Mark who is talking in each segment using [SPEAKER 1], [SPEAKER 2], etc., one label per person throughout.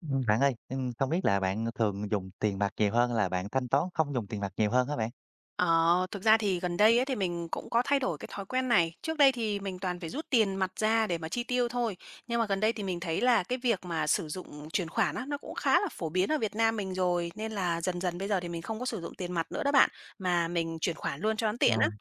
[SPEAKER 1] Bạn ơi, không biết là bạn thường dùng tiền mặt nhiều hơn là bạn thanh toán không dùng tiền mặt nhiều hơn hả bạn?
[SPEAKER 2] Ờ, Thực ra thì gần đây ấy, thì mình cũng có thay đổi cái thói quen này. Trước đây thì mình toàn phải rút tiền mặt ra để mà chi tiêu thôi. Nhưng mà gần đây thì mình thấy là cái việc mà sử dụng chuyển khoản á, nó cũng khá là phổ biến ở Việt Nam mình rồi. Nên là dần dần bây giờ thì mình không có sử dụng tiền mặt nữa đó bạn. Mà mình chuyển khoản luôn cho nó tiện á.
[SPEAKER 1] Wow.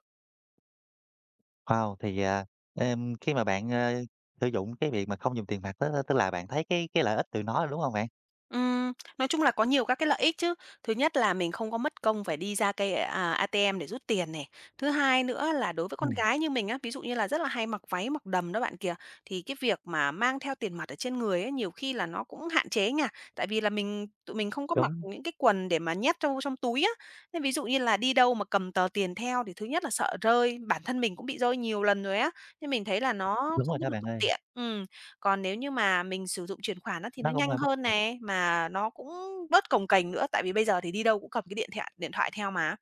[SPEAKER 1] Wow, khi mà bạn sử dụng cái việc mà không dùng tiền mặt đó tức là bạn thấy cái lợi ích từ nó, đúng không bạn?
[SPEAKER 2] Ừm, nói chung là có nhiều các cái lợi ích chứ. Thứ nhất là mình không có mất công phải đi ra cây, ATM để rút tiền này. Thứ hai nữa là đối với con
[SPEAKER 1] Ừm,
[SPEAKER 2] gái như mình á, ví dụ như là rất là hay mặc váy, mặc đầm đó bạn kìa, thì cái việc mà mang theo tiền mặt ở trên người ấy, nhiều khi là nó cũng hạn chế nha. Tại vì là mình tụi mình không có mặc
[SPEAKER 1] đúng.
[SPEAKER 2] những cái quần để mà nhét trong trong túi á. Nên ví dụ như là đi đâu mà cầm tờ tiền theo thì thứ nhất là sợ rơi, bản thân mình cũng bị rơi nhiều lần rồi á, nên mình thấy là nó
[SPEAKER 1] Đúng rồi
[SPEAKER 2] không có
[SPEAKER 1] đó
[SPEAKER 2] được
[SPEAKER 1] bạn
[SPEAKER 2] thuận
[SPEAKER 1] ơi,
[SPEAKER 2] tiện. Ừm. Còn nếu như mà mình sử dụng chuyển khoản á, thì nó
[SPEAKER 1] nó cũng hơi
[SPEAKER 2] nhanh
[SPEAKER 1] bất
[SPEAKER 2] hơn
[SPEAKER 1] tiện.
[SPEAKER 2] nè, mà nó cũng bớt cồng kềnh nữa, tại vì bây giờ thì đi đâu cũng cầm cái điện thoại theo mà.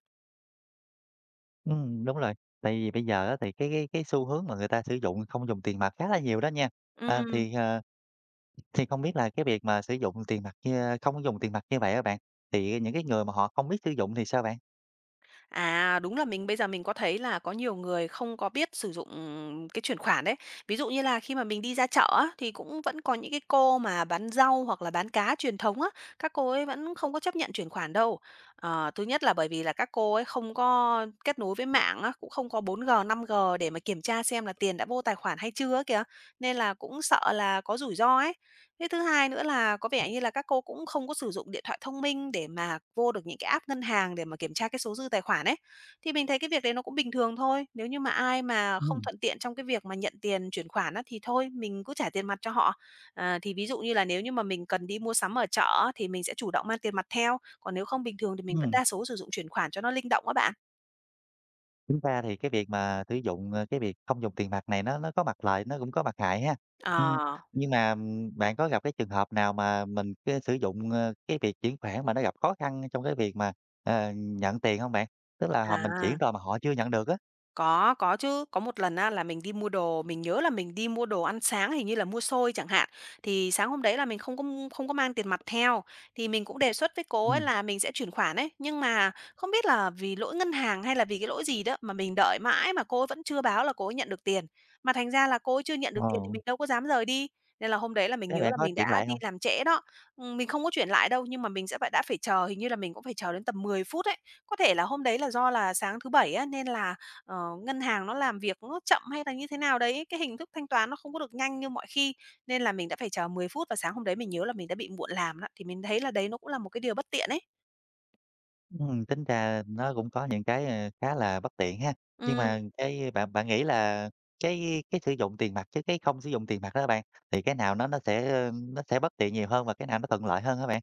[SPEAKER 1] Đúng rồi, tại vì bây giờ á thì cái xu hướng mà người ta sử dụng không dùng tiền mặt khá là nhiều đó nha. À,
[SPEAKER 2] Ừm.
[SPEAKER 1] thì, ờ, thì không biết là cái việc mà sử dụng tiền mặt như không dùng tiền mặt như vậy á bạn, thì những cái người mà họ không biết sử dụng thì sao bạn?
[SPEAKER 2] À, đúng là mình bây giờ mình có thấy là có nhiều người không có biết sử dụng cái chuyển khoản đấy. Ví dụ như là khi mà mình đi ra chợ á, thì cũng vẫn có những cái cô mà bán rau hoặc là bán cá truyền thống á, các cô ấy vẫn không có chấp nhận chuyển khoản đâu. Thứ nhất là bởi vì là các cô ấy không có kết nối với mạng á, cũng không có 4G 5G để mà kiểm tra xem là tiền đã vô tài khoản hay chưa á kìa. Nên là cũng sợ là có rủi ro ấy. Thế thứ hai nữa là có vẻ như là các cô cũng không có sử dụng điện thoại thông minh để mà vô được những cái app ngân hàng để mà kiểm tra cái số dư tài khoản ấy. Thì mình thấy cái việc đấy nó cũng bình thường thôi, nếu như mà ai mà không
[SPEAKER 1] Ừm.
[SPEAKER 2] thuận tiện trong cái việc mà nhận tiền chuyển khoản á, thì thôi mình cứ trả tiền mặt cho họ. À, thì ví dụ như là nếu như mà mình cần đi mua sắm ở chợ á, thì mình sẽ chủ động mang tiền mặt theo, còn nếu không bình thường thì mình vẫn
[SPEAKER 1] Ừm.
[SPEAKER 2] đa số sử dụng chuyển khoản cho nó linh động á bạn.
[SPEAKER 1] Tính ra thì cái việc mà cái việc không dùng tiền mặt này nó có mặt lợi, nó cũng có mặt hại ha. Ừm,
[SPEAKER 2] Ờ,
[SPEAKER 1] nhưng mà, bạn có gặp cái trường hợp nào mà mình cái sử dụng, ờ, cái việc chuyển khoản mà nó gặp khó khăn trong cái việc nhận tiền không bạn? Tức là mình chuyển
[SPEAKER 2] à.
[SPEAKER 1] rồi mà họ chưa nhận được á.
[SPEAKER 2] Có chứ. Có một lần á là mình đi mua đồ, mình nhớ là mình đi mua đồ ăn sáng, hình như là mua xôi chẳng hạn. Thì sáng hôm đấy là mình không có mang tiền mặt theo, thì mình cũng đề xuất với cô ấy
[SPEAKER 1] Ừm,
[SPEAKER 2] là mình sẽ chuyển khoản ấy, nhưng mà không biết là vì lỗi ngân hàng hay là vì cái lỗi gì đó mà mình đợi mãi mà cô ấy vẫn chưa báo là cô ấy nhận được tiền. Mà thành ra là cô ấy chưa nhận được tiền thì
[SPEAKER 1] ờ,
[SPEAKER 2] mình đâu có dám rời đi. Nên là hôm đấy là mình
[SPEAKER 1] thế
[SPEAKER 2] nhớ
[SPEAKER 1] bạn
[SPEAKER 2] là
[SPEAKER 1] có
[SPEAKER 2] mình
[SPEAKER 1] chuyển
[SPEAKER 2] đã
[SPEAKER 1] lại
[SPEAKER 2] đi
[SPEAKER 1] không?
[SPEAKER 2] làm trễ đó. Mình không có chuyển lại đâu, nhưng mà mình sẽ phải đã phải chờ, hình như là mình cũng phải chờ đến tầm 10 phút ấy. Có thể là hôm đấy là do là sáng thứ Bảy á, nên là ngân hàng nó làm việc nó chậm hay là như thế nào đấy, cái hình thức thanh toán nó không có được nhanh như mọi khi, nên là mình đã phải chờ 10 phút và sáng hôm đấy mình nhớ là mình đã bị muộn làm đó, thì mình thấy là đấy nó cũng là một cái điều bất tiện ấy.
[SPEAKER 1] Tính ra nó cũng có những khá là bất tiện ha. Nhưng
[SPEAKER 2] Ừm.
[SPEAKER 1] mà cái bạn bạn nghĩ là cái sử dụng tiền mặt chứ cái không sử dụng tiền mặt đó bạn, thì cái nào nó sẽ nó sẽ bất tiện nhiều hơn và cái nào nó thuận lợi hơn hả bạn?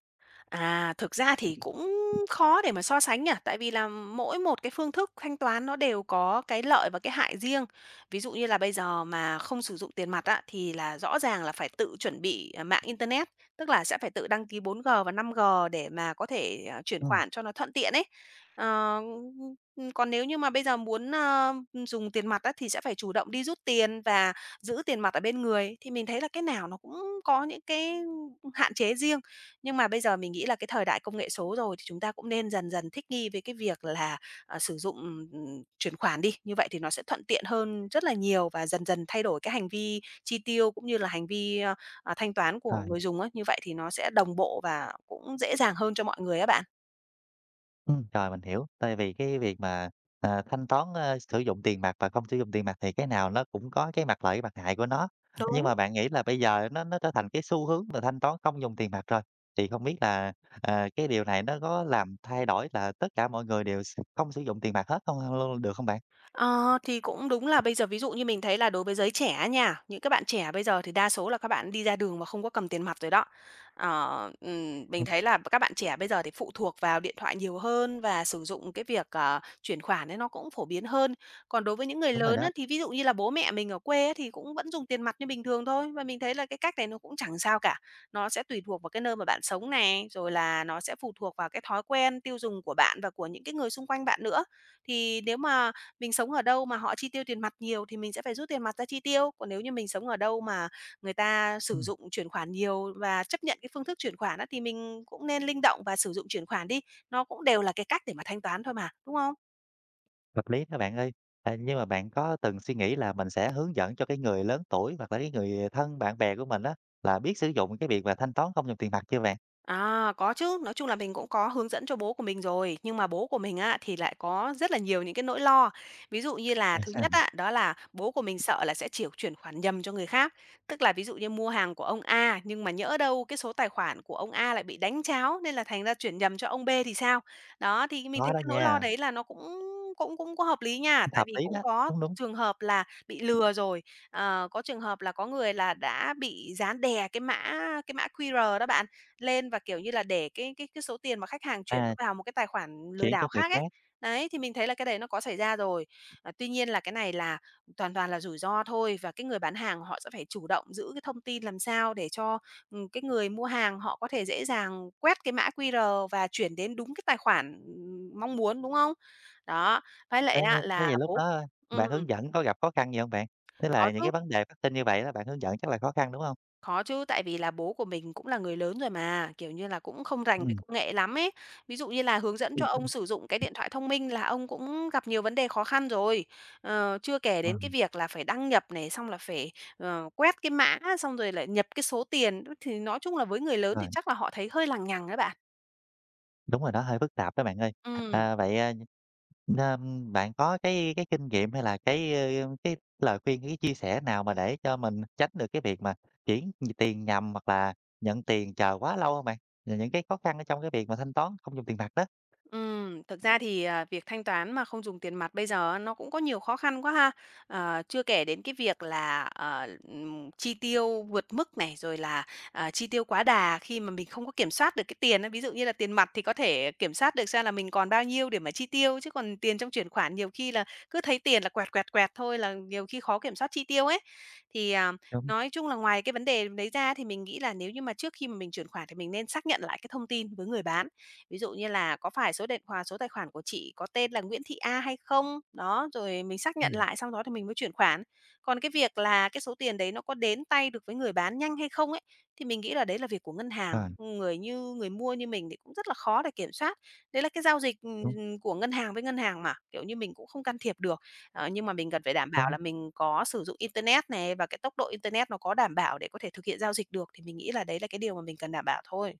[SPEAKER 2] À, thực ra thì cũng khó để mà so sánh nhỉ, tại vì là mỗi một cái phương thức thanh toán nó đều có cái lợi và cái hại riêng. Ví dụ như là bây giờ mà không sử dụng tiền mặt á, thì là rõ ràng là phải tự chuẩn bị mạng internet, tức là sẽ phải tự đăng ký 4G và 5G để mà có thể chuyển
[SPEAKER 1] Ừm,
[SPEAKER 2] khoản cho nó thuận tiện ấy. Ờ, Còn nếu như mà bây giờ muốn dùng tiền mặt á, thì sẽ phải chủ động đi rút tiền và giữ tiền mặt ở bên người. Thì mình thấy là cái nào nó cũng có những cái hạn chế riêng, nhưng mà bây giờ mình nghĩ là cái thời đại công nghệ số rồi thì chúng ta cũng nên dần dần thích nghi với cái việc là, sử dụng, chuyển khoản đi, như vậy thì nó sẽ thuận tiện hơn rất là nhiều và dần dần thay đổi cái hành vi chi tiêu cũng như là hành vi, thanh toán của
[SPEAKER 1] rồi.
[SPEAKER 2] người dùng á, như vậy thì nó sẽ đồng bộ và cũng dễ dàng hơn cho mọi người á bạn.
[SPEAKER 1] Rồi, mình hiểu. Tại vì cái việc mà, à, thanh toán, ơ, sử dụng tiền mặt và không sử dụng tiền mặt thì cái nào nó cũng có cái mặt lợi, cái mặt hại của nó. Nhưng
[SPEAKER 2] Đúng.
[SPEAKER 1] mà bạn nghĩ là bây giờ nó trở thành cái xu hướng là thanh toán không dùng tiền mặt rồi, thì không biết cái điều này nó có làm thay đổi là tất cả mọi người đều không sử dụng tiền mặt hết không luôn được không bạn?
[SPEAKER 2] Ờ, thì cũng đúng là bây giờ ví dụ như mình thấy là đối với giới trẻ nha, những các bạn trẻ bây giờ thì đa số là các bạn đi ra đường mà không có cầm tiền mặt rồi đó. Mình
[SPEAKER 1] Đúng.
[SPEAKER 2] thấy là các bạn trẻ bây giờ thì phụ thuộc vào điện thoại nhiều hơn và sử dụng cái việc, chuyển khoản ấy nó cũng phổ biến hơn. Còn đối với những người
[SPEAKER 1] Đúng rồi
[SPEAKER 2] lớn
[SPEAKER 1] đó,
[SPEAKER 2] á, thì ví dụ như là bố mẹ mình ở quê á, thì cũng vẫn dùng tiền mặt như bình thường thôi và mình thấy là cái cách này nó cũng chẳng sao cả. Nó sẽ tùy thuộc vào cái nơi mà bạn sống này, rồi là nó sẽ phụ thuộc vào cái thói quen tiêu dùng của bạn và của những cái người xung quanh bạn nữa. Thì nếu mà mình sống ở đâu mà họ chi tiêu tiền mặt nhiều thì mình sẽ phải rút tiền mặt ra chi tiêu, còn nếu như mình sống ở đâu mà người ta sử
[SPEAKER 1] ừm,
[SPEAKER 2] dụng chuyển khoản nhiều và chấp nhận cái phương thức chuyển khoản á, thì mình cũng nên linh động và sử dụng chuyển khoản đi, nó cũng đều là cái cách để mà thanh toán thôi mà, đúng không?
[SPEAKER 1] hợp lý đó bạn ơi. Nhưng mà bạn có từng suy nghĩ là mình sẽ hướng dẫn cho cái người lớn tuổi hoặc là cái người thân bạn bè của mình á, là biết sử dụng cái việc mà thanh toán không dùng tiền mặt chưa bạn?
[SPEAKER 2] À, có chứ, nói chung là mình cũng có hướng dẫn cho bố của mình rồi, nhưng mà bố của mình á thì lại có rất là nhiều những cái nỗi lo. Ví dụ như là thứ nhất á, đó là bố của mình sợ là sẽ chỉ chuyển khoản nhầm cho người khác, tức là ví dụ như mua hàng của ông A nhưng mà nhỡ đâu cái số tài khoản của ông A lại bị đánh tráo nên là thành ra chuyển nhầm cho ông B thì sao? Đó thì mình
[SPEAKER 1] Có
[SPEAKER 2] thấy
[SPEAKER 1] đó
[SPEAKER 2] cái nỗi lo
[SPEAKER 1] nha,
[SPEAKER 2] đấy là nó cũng cũng cũng có hợp lý nha, tại
[SPEAKER 1] hợp
[SPEAKER 2] vì
[SPEAKER 1] lý
[SPEAKER 2] cũng
[SPEAKER 1] đó,
[SPEAKER 2] có
[SPEAKER 1] đúng, đúng.
[SPEAKER 2] trường hợp là bị lừa rồi. Có trường hợp là có người là đã bị dán đè cái mã QR đó bạn lên và, kiểu như là, để cái số tiền mà khách hàng chuyển
[SPEAKER 1] À,
[SPEAKER 2] nó vào một cái tài khoản lừa
[SPEAKER 1] chuyển cho
[SPEAKER 2] đảo
[SPEAKER 1] người
[SPEAKER 2] khác ấy.
[SPEAKER 1] khác,
[SPEAKER 2] Đấy, thì mình thấy là cái đấy nó có xảy ra rồi. À, tuy nhiên là cái này là toàn toàn là rủi ro thôi và cái người bán hàng họ sẽ phải chủ động giữ cái thông tin làm sao để cho, cái người mua hàng họ có thể dễ dàng quét cái mã QR và chuyển đến đúng cái tài khoản, mong muốn, đúng không? Đó, với lại
[SPEAKER 1] thế
[SPEAKER 2] á
[SPEAKER 1] thế
[SPEAKER 2] là
[SPEAKER 1] vậy lúc
[SPEAKER 2] bố
[SPEAKER 1] đó
[SPEAKER 2] ừm,
[SPEAKER 1] bạn hướng dẫn có gặp khó khăn gì hông bạn? Tức là
[SPEAKER 2] có
[SPEAKER 1] những cái
[SPEAKER 2] chứ.
[SPEAKER 1] vấn đề phát sinh như vậy đó, bạn hướng dẫn chắc là khó khăn, đúng hông?
[SPEAKER 2] Có chứ, tại vì là bố của mình cũng là người lớn rồi mà, kiểu như là, cũng không rành về
[SPEAKER 1] Ừm,
[SPEAKER 2] công nghệ lắm ấy. Ví dụ như là hướng dẫn cho ông sử dụng cái điện thoại thông minh là ông cũng gặp nhiều vấn đề khó khăn rồi. Chưa kể
[SPEAKER 1] ờ,
[SPEAKER 2] đến cái việc là phải đăng nhập này, xong là phải, quét cái mã, xong rồi lại nhập cái số tiền, thì nói chung là với người lớn
[SPEAKER 1] rồi,
[SPEAKER 2] thì chắc là họ thấy hơi lằng nhằng đấy bạn.
[SPEAKER 1] đúng rồi đó, hơi phức tạp đó bạn ơi.
[SPEAKER 2] Ừm.
[SPEAKER 1] Vậy, bạn có cái kinh nghiệm hay là cái lời khuyên, cái chia sẻ nào mà để cho mình tránh được cái việc mà chuyển tiền nhầm hoặc là nhận tiền chờ quá lâu hông bạn? Rồi những cái khó khăn ở trong cái việc mà thanh toán không dùng tiền mặt đó.
[SPEAKER 2] Thực ra thì, việc thanh toán mà không dùng tiền mặt bây giờ nó cũng có nhiều khó khăn quá ha. Chưa kể đến cái việc là, chi tiêu vượt mức này, rồi là, chi tiêu quá đà khi mà mình không có kiểm soát được cái tiền á. Ví dụ như là tiền mặt thì có thể kiểm soát được xem là mình còn bao nhiêu để mà chi tiêu, chứ còn tiền trong chuyển khoản nhiều khi là cứ thấy tiền là quẹt, quẹt, quẹt thôi là nhiều khi khó kiểm soát chi tiêu ấy. Thì,
[SPEAKER 1] Đúng,
[SPEAKER 2] nói chung là ngoài cái vấn đề đấy ra thì mình nghĩ là nếu như mà trước khi mà mình chuyển khoản thì mình nên xác nhận lại cái thông tin với người bán. Ví dụ như là có phải số điện thoại số tài khoản của chị có tên là Nguyễn Thị A hay không? Đó, rồi mình xác nhận
[SPEAKER 1] ừm,
[SPEAKER 2] lại xong đó thì mình mới chuyển khoản. Còn cái việc là cái số tiền đấy nó có đến tay được với người bán nhanh hay không ấy, thì mình nghĩ là đấy là việc của ngân hàng.
[SPEAKER 1] ờ,
[SPEAKER 2] Người như người mua như mình thì cũng rất là khó để kiểm soát. Đấy là cái giao dịch,
[SPEAKER 1] đúng,
[SPEAKER 2] của ngân hàng với ngân hàng mà, kiểu như, mình cũng không can thiệp được. Nhưng mà mình cần phải đảm bảo
[SPEAKER 1] đúng.
[SPEAKER 2] là mình có sử dụng internet này và cái tốc độ internet nó có đảm bảo để có thể thực hiện giao dịch được, thì mình nghĩ là đấy là cái điều mà mình cần đảm bảo thôi.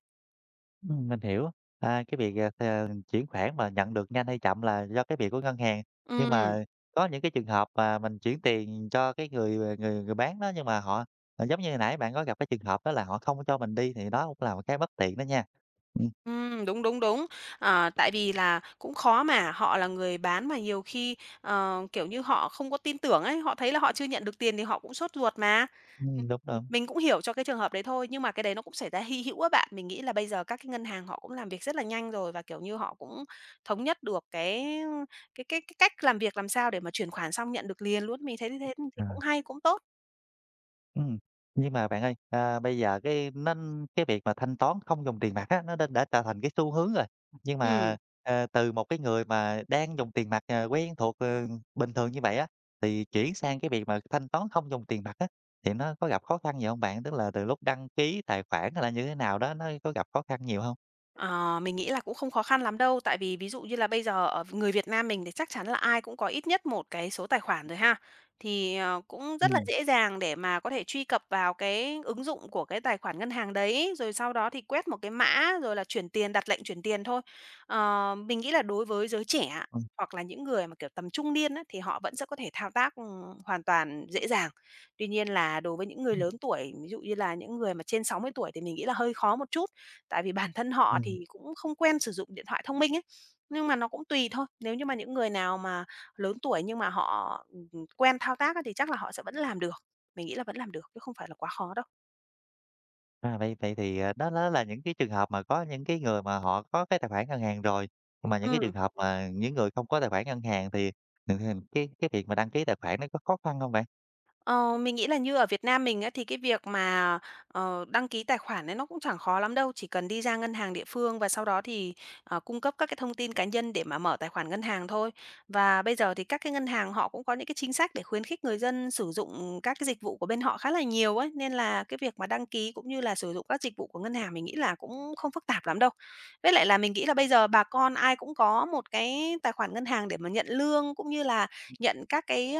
[SPEAKER 1] Mình hiểu. Cái việc, chuyển khoản mà nhận được nhanh hay chậm là do cái việc của ngân hàng, nhưng
[SPEAKER 2] Ừm.
[SPEAKER 1] mà có những cái trường hợp mà mình chuyển tiền cho cái người, à, người người bán đó, nhưng mà giống như hồi nãy bạn có gặp cái trường hợp đó là họ không có cho mình đi thì đó cũng là một cái bất tiện đó nha. Ừm,
[SPEAKER 2] Đúng, đúng, đúng. Tại vì là cũng khó mà, họ là người bán mà nhiều khi, kiểu như, họ không có tin tưởng ấy, họ thấy là họ chưa nhận được tiền thì họ cũng sốt ruột mà.
[SPEAKER 1] đúng,
[SPEAKER 2] Ừm,
[SPEAKER 1] đúng.
[SPEAKER 2] mình cũng hiểu cho cái trường hợp đấy thôi, nhưng mà cái đấy nó cũng xảy ra hy hữu á bạn. Mình nghĩ là bây giờ các cái ngân hàng họ cũng làm việc rất là nhanh rồi và, kiểu như, họ cũng thống nhất được cái cách làm việc làm sao để mà chuyển khoản xong nhận được liền luôn. Mình thấy thế thì
[SPEAKER 1] Ờ.
[SPEAKER 2] cũng hay, cũng tốt.
[SPEAKER 1] Ừ, nhưng mà bạn ơi, bây giờ cái việc mà thanh toán không dùng tiền mặt á, nó đã trở thành cái xu hướng rồi. Nhưng
[SPEAKER 2] Ừm.
[SPEAKER 1] mà, ờ, từ một cái người mà đang dùng tiền mặt quen thuộc, bình thường như vậy á, thì chuyển sang cái việc mà thanh toán không dùng tiền mặt á, thì nó có gặp khó khăn gì không bạn? Tức là từ lúc đăng ký tài khoản hay là như thế nào đó, nó có gặp khó khăn nhiều không?
[SPEAKER 2] Ờ, mình nghĩ là cũng không khó khăn lắm đâu, tại vì ví dụ như là bây giờ ở người Việt Nam mình thì chắc chắn là ai cũng có ít nhất một cái số tài khoản rồi ha. Thì, cũng rất là
[SPEAKER 1] Ừm,
[SPEAKER 2] dễ dàng để mà có thể truy cập vào cái ứng dụng của cái tài khoản ngân hàng đấy, rồi sau đó thì quét một cái mã rồi là chuyển tiền, đặt lệnh chuyển tiền thôi. Mình nghĩ là đối với giới trẻ
[SPEAKER 1] ừm,
[SPEAKER 2] hoặc là những người mà, kiểu, tầm trung niên á, thì họ vẫn sẽ có thể thao tác, hoàn toàn dễ dàng. Tuy nhiên là đối với những người
[SPEAKER 1] ừm,
[SPEAKER 2] lớn tuổi, ví dụ như là những người mà trên 60 tuổi thì mình nghĩ là hơi khó một chút. Tại vì bản thân họ thì cũng không quen sử dụng điện thoại thông minh ấy, nhưng mà nó cũng tùy thôi. Nếu như mà những người nào mà lớn tuổi nhưng mà họ, quen thao tác á thì chắc là họ sẽ vẫn làm được. Mình nghĩ là vẫn làm được chứ không phải là quá khó đâu.
[SPEAKER 1] À, vậy vậy thì, à, đó đó là những cái trường hợp mà có những cái người mà họ có cái tài khoản ngân hàng rồi, mà những cái trường
[SPEAKER 2] Ừm.
[SPEAKER 1] hợp mà những người không có tài khoản ngân hàng thì thì cái việc mà đăng ký tài khoản nó có khó khăn không bạn?
[SPEAKER 2] Ờ, mình nghĩ là như ở Việt Nam mình á, thì cái việc mà, đăng ký tài khoản ấy nó cũng chẳng khó lắm đâu, chỉ cần đi ra ngân hàng địa phương và sau đó thì, cung cấp các cái thông tin cá nhân để mà mở tài khoản ngân hàng thôi. Và bây giờ thì các cái ngân hàng họ cũng có những cái chính sách để khuyến khích người dân sử dụng các cái dịch vụ của bên họ khá là nhiều ấy, nên là cái việc mà đăng ký cũng như là sử dụng các dịch vụ của ngân hàng mình nghĩ là cũng không phức tạp lắm đâu. Với lại là mình nghĩ là bây giờ bà con ai cũng có một cái tài khoản ngân hàng để mà nhận lương cũng như là nhận các cái,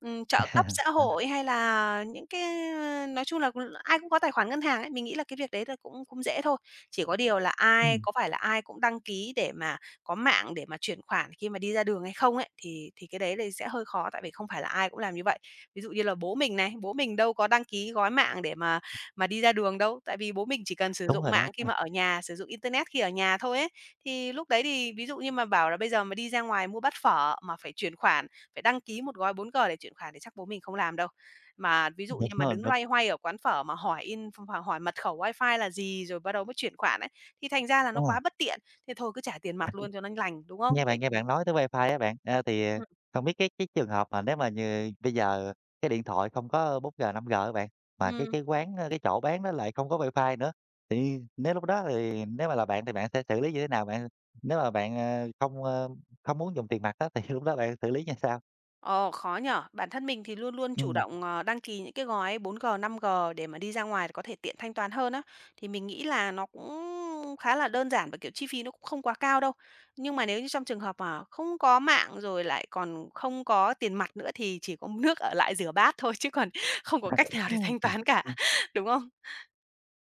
[SPEAKER 2] trợ cấp xã hội hay là những cái, nói chung là ai cũng có tài khoản ngân hàng ấy, mình nghĩ là cái việc đấy là cũng cũng dễ thôi. Chỉ có điều là ai
[SPEAKER 1] Ừm,
[SPEAKER 2] có phải là ai cũng đăng ký để mà có mạng để mà chuyển khoản khi mà đi ra đường hay không ấy, thì cái đấy thì sẽ hơi khó, tại vì không phải là ai cũng làm như vậy. Ví dụ như là bố mình này, bố mình đâu có đăng ký gói mạng để mà đi ra đường đâu, tại vì bố mình chỉ cần sử
[SPEAKER 1] đúng
[SPEAKER 2] dụng
[SPEAKER 1] rồi đó,
[SPEAKER 2] mạng khi mà ở nhà, sử dụng internet khi ở nhà thôi ấy. Thì lúc đấy thì ví dụ như mà bảo là bây giờ mà đi ra ngoài mua bát phở mà phải chuyển khoản phải đăng ký một gói 4G để chuyển khoản thì chắc bố mình không làm đâu. Mà ví dụ
[SPEAKER 1] đúng
[SPEAKER 2] như mà
[SPEAKER 1] rồi, đúng,
[SPEAKER 2] đứng
[SPEAKER 1] đúng
[SPEAKER 2] loay hoay ở quán phở mà hỏi in ph hỏi mật khẩu Wi-Fi là gì, rồi bắt đầu mới chuyển khoản ấy, thì thành ra là nó
[SPEAKER 1] rồi.
[SPEAKER 2] quá bất tiện, thế thôi cứ trả tiền mặt luôn cho nó lành, đúng không?
[SPEAKER 1] Nghe
[SPEAKER 2] Vậy
[SPEAKER 1] bạn nghe
[SPEAKER 2] thì.
[SPEAKER 1] bạn nói tới wifi á bạn,
[SPEAKER 2] ừm,
[SPEAKER 1] không biết cái trường hợp mà nếu mà như bây giờ cái điện thoại không có 4G, 5G á bạn, mà cái
[SPEAKER 2] ừm.
[SPEAKER 1] cái quán, cái chỗ bán nó lại không có wifi nữa, thì nếu lúc đó thì nếu mà là bạn thì bạn sẽ xử lý như thế nào bạn? Nếu mà bạn, ờ, không, ơ, không muốn dùng tiền mặt đó thì lúc đó bạn xử lý như sao?
[SPEAKER 2] Ờ, khó nhở. Bản thân mình thì luôn luôn chủ
[SPEAKER 1] Ừm.
[SPEAKER 2] động, đăng ký những cái gói 4G 5G để mà đi ra ngoài có thể tiện thanh toán hơn á. Thì mình nghĩ là nó cũng khá là đơn giản và, kiểu, chi phí nó cũng không quá cao đâu. Nhưng mà nếu như trong trường hợp mà không có mạng rồi lại còn không có tiền mặt nữa thì chỉ có nước ở lại rửa bát thôi chứ còn không có cách nào để
[SPEAKER 1] Ừm.
[SPEAKER 2] thanh toán cả, đúng không?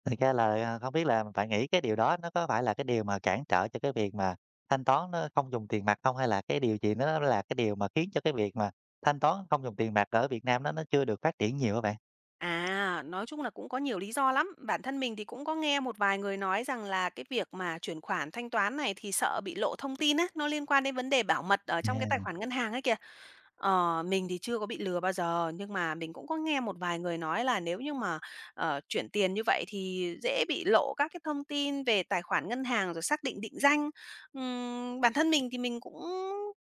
[SPEAKER 1] Thật ra không biết là bạn nghĩ cái điều đó nó có phải là cái điều mà cản trở cho cái việc mà thanh toán nó không dùng tiền mặt không? Hay là cái điều gì nó là cái điều mà khiến cho cái việc mà thanh toán không dùng tiền mặt ở Việt Nam nó chưa được phát triển nhiều các bạn?
[SPEAKER 2] À, nói chung là cũng có nhiều lý do lắm. Bản thân mình thì cũng có nghe một vài người nói rằng là cái việc mà chuyển khoản thanh toán này thì sợ bị lộ thông tin á, nó liên quan đến vấn đề bảo mật ở trong cái tài
[SPEAKER 1] Yeah,
[SPEAKER 2] khoản ngân hàng ấy kìa. Mình thì chưa có bị lừa bao giờ, nhưng mà mình cũng có nghe một vài người nói là nếu như mà, chuyển tiền như vậy thì dễ bị lộ các cái thông tin về tài khoản ngân hàng rồi xác định định danh. Bản thân mình thì mình cũng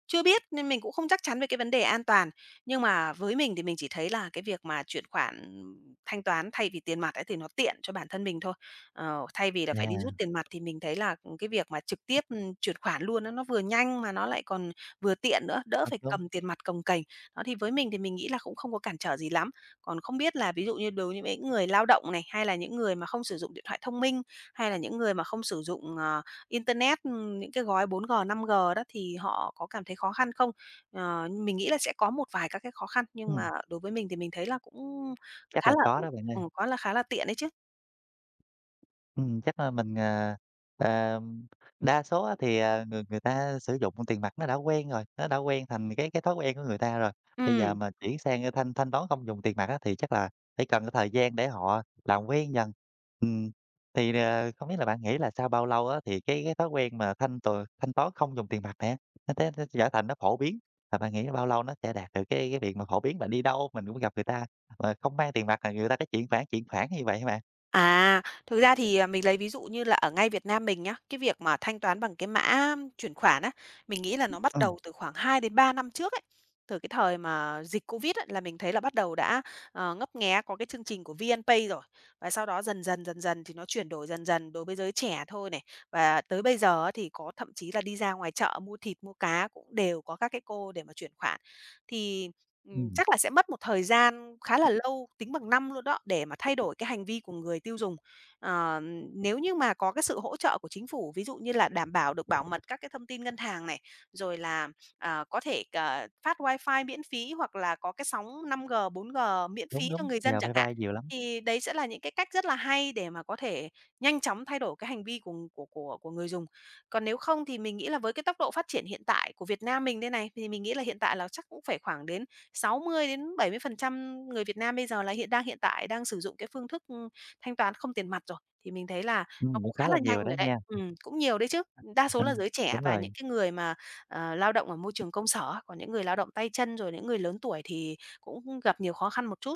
[SPEAKER 2] chưa biết nên mình cũng không chắc chắn về cái vấn đề an toàn. Nhưng mà với mình thì mình chỉ thấy là cái việc mà chuyển khoản, thanh toán thay vì tiền mặt ấy thì nó tiện cho bản thân mình thôi. Thay vì là phải đi
[SPEAKER 1] yeah,
[SPEAKER 2] rút tiền mặt thì mình thấy là, ừ, cái việc mà trực tiếp, chuyển khoản luôn á, nó vừa nhanh mà nó lại còn vừa tiện nữa, đỡ
[SPEAKER 1] đúng,
[SPEAKER 2] phải
[SPEAKER 1] đúng.
[SPEAKER 2] cầm tiền mặt cồng kềnh. Đó, thì với mình thì mình nghĩ là cũng không có cản trở gì lắm. Còn không biết là ví dụ như đối với những người lao động này, hay là những người mà không sử dụng điện thoại thông minh, hay là những người mà không sử dụng, internet, những cái gói 4G 5G đó thì họ có cảm thấy khó khăn không? Mình nghĩ là sẽ có một vài các cái khó khăn, nhưng
[SPEAKER 1] Ừm,
[SPEAKER 2] mà đối với mình thì mình thấy là cũng
[SPEAKER 1] chắc
[SPEAKER 2] khá
[SPEAKER 1] là
[SPEAKER 2] là
[SPEAKER 1] có đó bạn ơi.
[SPEAKER 2] có là khá là tiện đấy chứ.
[SPEAKER 1] Chắc là mình, ờ, đa số á thì người người ta sử dụng tiền mặt nó đã quen rồi, nó đã quen thành cái thói quen của người ta rồi. Bây giờ
[SPEAKER 2] ừ
[SPEAKER 1] mà chuyển sang, ơ, thanh thanh toán không dùng tiền mặt á thì chắc là phải cần cái thời gian để họ làm quen dần. Ừm, không biết là bạn nghĩ là sau bao lâu á thì cái thói quen mà thanh toán không dùng tiền mặt nè, nó nó trở thành nó phổ biến, và bạn nghĩ là bao lâu nó sẽ đạt được cái việc mà phổ biến? Bạn đi đâu mình cũng gặp người ta mà không mang tiền mặt là người ta chuyển khoản như vậy hả bạn?
[SPEAKER 2] À, thực ra thì, mình lấy ví dụ như là ở ngay Việt Nam mình nhá, cái việc mà thanh toán bằng cái mã chuyển khoản á, mình nghĩ là nó bắt
[SPEAKER 1] Ừm,
[SPEAKER 2] đầu từ khoảng 2 đến 3 năm trước ấy. Từ cái thời mà dịch Covid ấy, là mình thấy là bắt đầu đã, ngấp nghé có cái chương trình của VNPay rồi. Và sau đó dần dần, dần dần thì nó chuyển đổi dần dần đối với giới trẻ thôi này. Và tới bây giờ á, thì có thậm chí là đi ra ngoài chợ mua thịt, mua cá cũng đều có các cái cô để mà chuyển khoản. Thì
[SPEAKER 1] ừm.
[SPEAKER 2] chắc là sẽ mất một thời gian khá là lâu, tính bằng năm luôn đó, để mà thay đổi cái hành vi của người tiêu dùng. Ờ, nếu như mà có cái sự hỗ trợ của chính phủ, ví dụ như là đảm bảo được bảo mật các cái thông tin ngân hàng này, rồi là, có thể cà phát wifi miễn phí hoặc là có cái sóng 5G, 4G miễn
[SPEAKER 1] Đúng,
[SPEAKER 2] phí cho
[SPEAKER 1] đúng,
[SPEAKER 2] người dân
[SPEAKER 1] nhờ
[SPEAKER 2] chẳng
[SPEAKER 1] vai
[SPEAKER 2] hạn,
[SPEAKER 1] vai nhiều lắm,
[SPEAKER 2] thì đấy sẽ là những cái cách rất là hay để mà có thể nhanh chóng thay đổi cái hành vi của người dùng. Còn nếu không thì mình nghĩ là với cái tốc độ phát triển hiện tại của Việt Nam mình đây này, thì mình nghĩ là hiện tại là chắc cũng phải khoảng đến sáu mươi mươi đến 70% người Việt Nam bây giờ là hiện tại đang sử dụng cái phương thức, thanh toán không tiền mặt rồi, thì mình thấy là nó
[SPEAKER 1] cũng
[SPEAKER 2] cũng
[SPEAKER 1] khá
[SPEAKER 2] khá
[SPEAKER 1] là
[SPEAKER 2] là
[SPEAKER 1] nhiều
[SPEAKER 2] nhanh
[SPEAKER 1] rồi đó
[SPEAKER 2] rồi đấy.
[SPEAKER 1] nha.
[SPEAKER 2] Cũng nhiều đấy chứ. Đa số là
[SPEAKER 1] Ừm,
[SPEAKER 2] giới trẻ
[SPEAKER 1] đúng
[SPEAKER 2] và những
[SPEAKER 1] rồi,
[SPEAKER 2] cái người mà, lao động ở môi trường công sở á, còn những người lao động tay chân rồi những người lớn tuổi thì cũng gặp nhiều khó khăn một chút.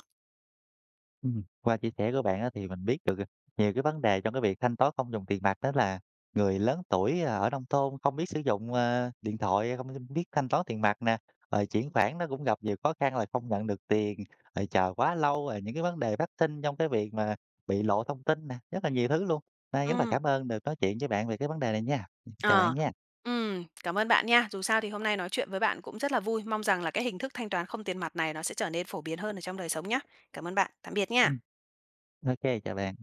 [SPEAKER 1] qua chia sẻ của bạn á thì mình biết được nhiều cái vấn đề trong cái việc thanh toán không dùng tiền mặt đó là người lớn tuổi, ở nông thôn không biết sử dụng, điện thoại, không biết thanh toán tiền mặt nè, rồi chuyển khoản nó cũng gặp nhiều khó khăn là không nhận được tiền, rồi chờ quá lâu, rồi những cái vấn đề phát sinh trong cái việc mà bị lộ thông tin nè, rất là nhiều thứ luôn. Nay rất là
[SPEAKER 2] Ừm,
[SPEAKER 1] cảm ơn được nói chuyện với bạn về cái vấn đề này nha. Chào bạn
[SPEAKER 2] ờ.
[SPEAKER 1] nha.
[SPEAKER 2] Cảm ơn bạn nha. Dù sao thì hôm nay nói chuyện với bạn cũng rất là vui. Mong rằng là cái hình thức thanh toán không tiền mặt này nó sẽ trở nên phổ biến hơn ở trong đời sống nhá. Cảm ơn bạn. Tạm biệt nha.
[SPEAKER 1] Ừm, ô chào bạn.